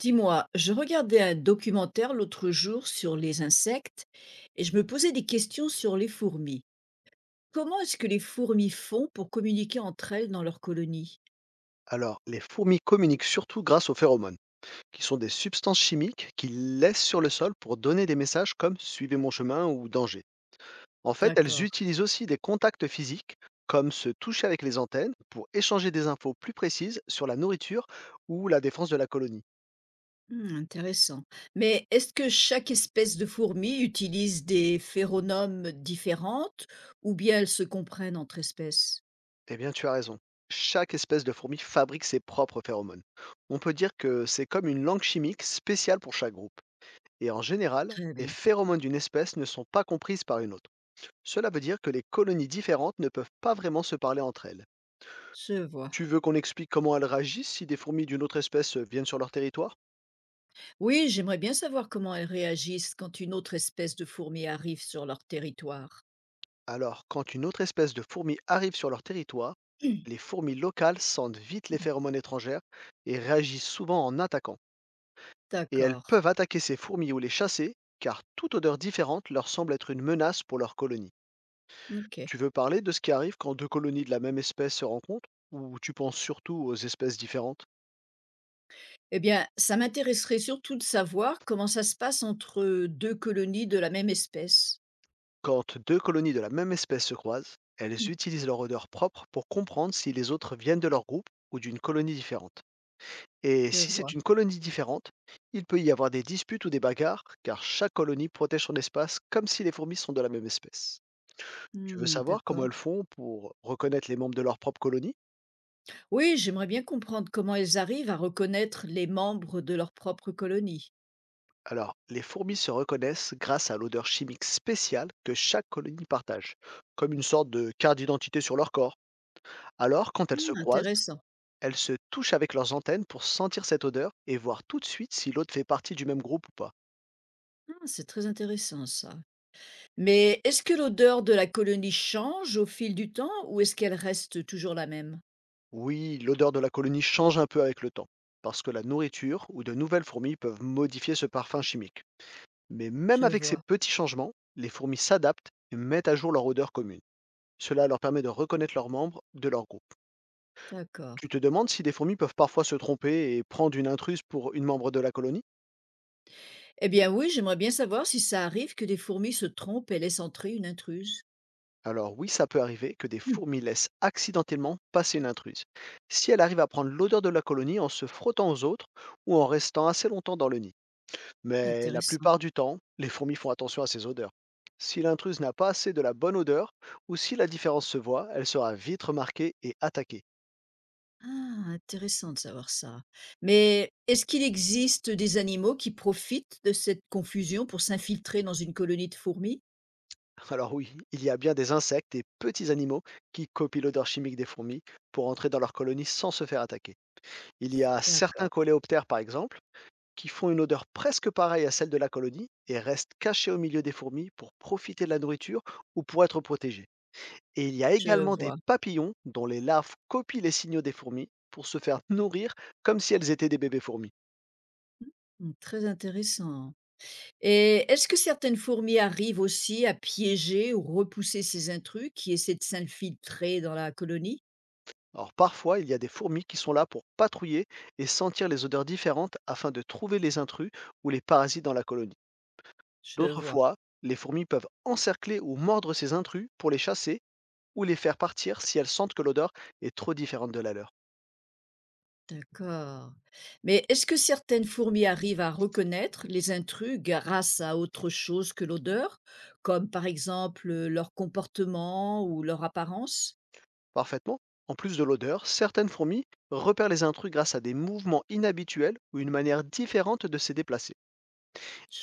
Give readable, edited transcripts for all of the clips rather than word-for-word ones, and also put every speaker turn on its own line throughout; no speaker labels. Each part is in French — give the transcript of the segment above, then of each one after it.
Dis-moi, je regardais un documentaire l'autre jour sur les insectes et je me posais des questions sur les fourmis. Comment est-ce que les fourmis font pour communiquer entre elles dans leur colonie?
Alors, les fourmis communiquent surtout grâce aux phéromones, qui sont des substances chimiques qu'ils laissent sur le sol pour donner des messages comme suivez mon chemin ou danger. En fait, elles
D'accord.
utilisent aussi des contacts physiques, comme se toucher avec les antennes, pour échanger des infos plus précises sur la nourriture ou la défense de la colonie.
Hmm, intéressant. Mais est-ce que chaque espèce de fourmi utilise des phéromones différentes ou bien elles se comprennent entre espèces?
Eh bien, tu as raison. Chaque espèce de fourmi fabrique ses propres phéromones. On peut dire que c'est comme une langue chimique spéciale pour chaque groupe. Et en général,
Très
les
bien.
phéromones d'une espèce ne sont pas comprises par une autre. Cela veut dire que les colonies différentes ne peuvent pas vraiment se parler entre elles.
Je vois.
Tu veux qu'on explique comment elles réagissent si des fourmis d'une autre espèce viennent sur leur territoire?
Oui, j'aimerais bien savoir comment elles réagissent quand une autre espèce de fourmi arrive sur leur territoire.
Alors, quand une autre espèce de fourmis arrive sur leur territoire, les fourmis locales sentent vite les phéromones étrangères et réagissent souvent en attaquant. Et elles
D'accord.
peuvent attaquer ces fourmis ou les chasser, car toute odeur différente leur semble être une menace pour leur colonie.
Ok.
Tu veux parler de ce qui arrive quand deux colonies de la même espèce se rencontrent, ou tu penses surtout aux espèces différentes?
Eh bien, ça m'intéresserait surtout de savoir comment ça se passe entre 2 colonies de la même espèce.
Quand deux colonies de la même espèce se croisent, elles
Mmh.
utilisent leur odeur propre pour comprendre si les autres viennent de leur groupe ou d'une colonie différente. Et
Je
si c'est
vois.
une colonie différente, il peut y avoir des disputes ou des bagarres, car chaque colonie protège son espace comme si les fourmis sont de la même espèce. Tu veux
Mmh,
savoir comment elles
d'accord.
font pour reconnaître les membres de leur propre colonie?
Oui, j'aimerais bien comprendre comment elles arrivent à reconnaître les membres de leur propre colonie.
Alors, les fourmis se reconnaissent grâce à l'odeur chimique spéciale que chaque colonie partage, comme une sorte de carte d'identité sur leur corps. Alors, quand elles se
Mmh,
croisent,
intéressant.
elles se touchent avec leurs antennes pour sentir cette odeur et voir tout de suite si l'autre fait partie du même groupe ou pas.
Ah, c'est très intéressant ça. Mais est-ce que l'odeur de la colonie change au fil du temps ou est-ce qu'elle reste toujours la même?
Oui, l'odeur de la colonie change un peu avec le temps, parce que la nourriture ou de nouvelles fourmis peuvent modifier ce parfum chimique. Mais même
Je
avec ces
vois.
petits changements, les fourmis s'adaptent et mettent à jour leur odeur commune. Cela leur permet de reconnaître leurs membres de leur groupe.
D'accord.
Tu te demandes si des fourmis peuvent parfois se tromper et prendre une intruse pour une membre de la colonie?
Eh bien oui, j'aimerais bien savoir si ça arrive que des fourmis se trompent et laissent entrer une intruse.
Alors oui, ça peut arriver que des
Mmh,
fourmis laissent accidentellement passer une intruse, si elle arrive à prendre l'odeur de la colonie en se frottant aux autres ou en restant assez longtemps dans le nid. Mais la
intéressant.
plupart du temps, les fourmis font attention à ces odeurs. Si l'intruse n'a pas assez de la bonne odeur ou si la différence se voit, elle sera vite remarquée et attaquée.
Ah, intéressant de savoir ça. Mais est-ce qu'il existe des animaux qui profitent de cette confusion pour s'infiltrer dans une colonie de fourmis?
Alors oui, il y a bien des insectes et petits animaux qui copient l'odeur chimique des fourmis pour entrer dans leur colonie sans se faire attaquer. Il y a certains
D'accord,
coléoptères par exemple qui font une odeur presque pareille à celle de la colonie et restent cachés au milieu des fourmis pour profiter de la nourriture ou pour être protégés. Et il y a
je
également des
vois.
papillons dont les larves copient les signaux des fourmis pour se faire nourrir comme si elles étaient des bébés fourmis.
Hmm, très intéressant. Et est-ce que certaines fourmis arrivent aussi à piéger ou repousser ces intrus qui essaient de s'infiltrer dans la colonie?
Alors parfois, il y a des fourmis qui sont là pour patrouiller et sentir les odeurs différentes afin de trouver les intrus ou les parasites dans la colonie.
Je
D'autres
vois.
fois, les fourmis peuvent encercler ou mordre ces intrus pour les chasser ou les faire partir si elles sentent que l'odeur est trop différente de la leur.
D'accord. Mais est-ce que certaines fourmis arrivent à reconnaître les intrus grâce à autre chose que l'odeur, comme par exemple leur comportement ou leur apparence?
Parfaitement. En plus de l'odeur, certaines fourmis repèrent les intrus grâce à des mouvements inhabituels ou une manière différente de se déplacer.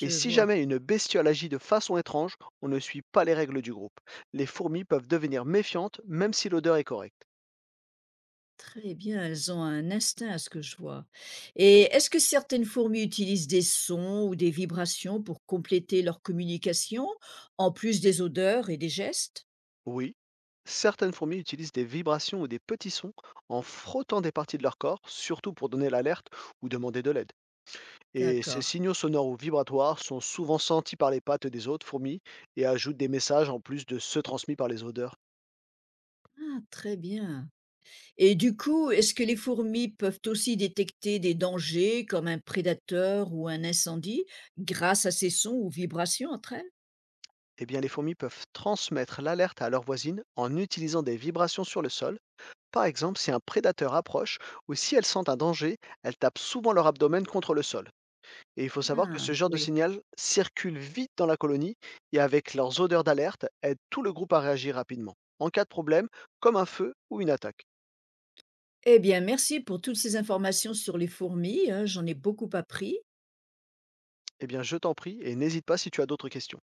Et si
vois.
jamais une bestiole agit de façon étrange, on ne suit pas les règles du groupe. Les fourmis peuvent devenir méfiantes même si l'odeur est correcte.
Très bien, elles ont un instinct à ce que je vois. Et est-ce que certaines fourmis utilisent des sons ou des vibrations pour compléter leur communication, en plus des odeurs et des gestes?
Oui, certaines fourmis utilisent des vibrations ou des petits sons en frottant des parties de leur corps, surtout pour donner l'alerte ou demander de l'aide. Et ces
D'accord.
signaux sonores ou vibratoires sont souvent sentis par les pattes des autres fourmis et ajoutent des messages en plus de ceux transmis par les odeurs.
Ah, très bien. Et du coup, est-ce que les fourmis peuvent aussi détecter des dangers comme un prédateur ou un incendie grâce à ces sons ou vibrations entre elles?
Eh bien, les fourmis peuvent transmettre l'alerte à leurs voisines en utilisant des vibrations sur le sol. Par exemple, si un prédateur approche ou si elles sentent un danger, elles tapent souvent leur abdomen contre le sol. Et il faut savoir que
Ah,
ce genre de
oui.
signal circule vite dans la colonie et avec leurs odeurs d'alerte, aide tout le groupe à réagir rapidement, en cas de problème, comme un feu ou une attaque.
Eh bien, merci pour toutes ces informations sur les fourmis, hein, j'en ai beaucoup appris.
Eh bien, je t'en prie et n'hésite pas si tu as d'autres questions.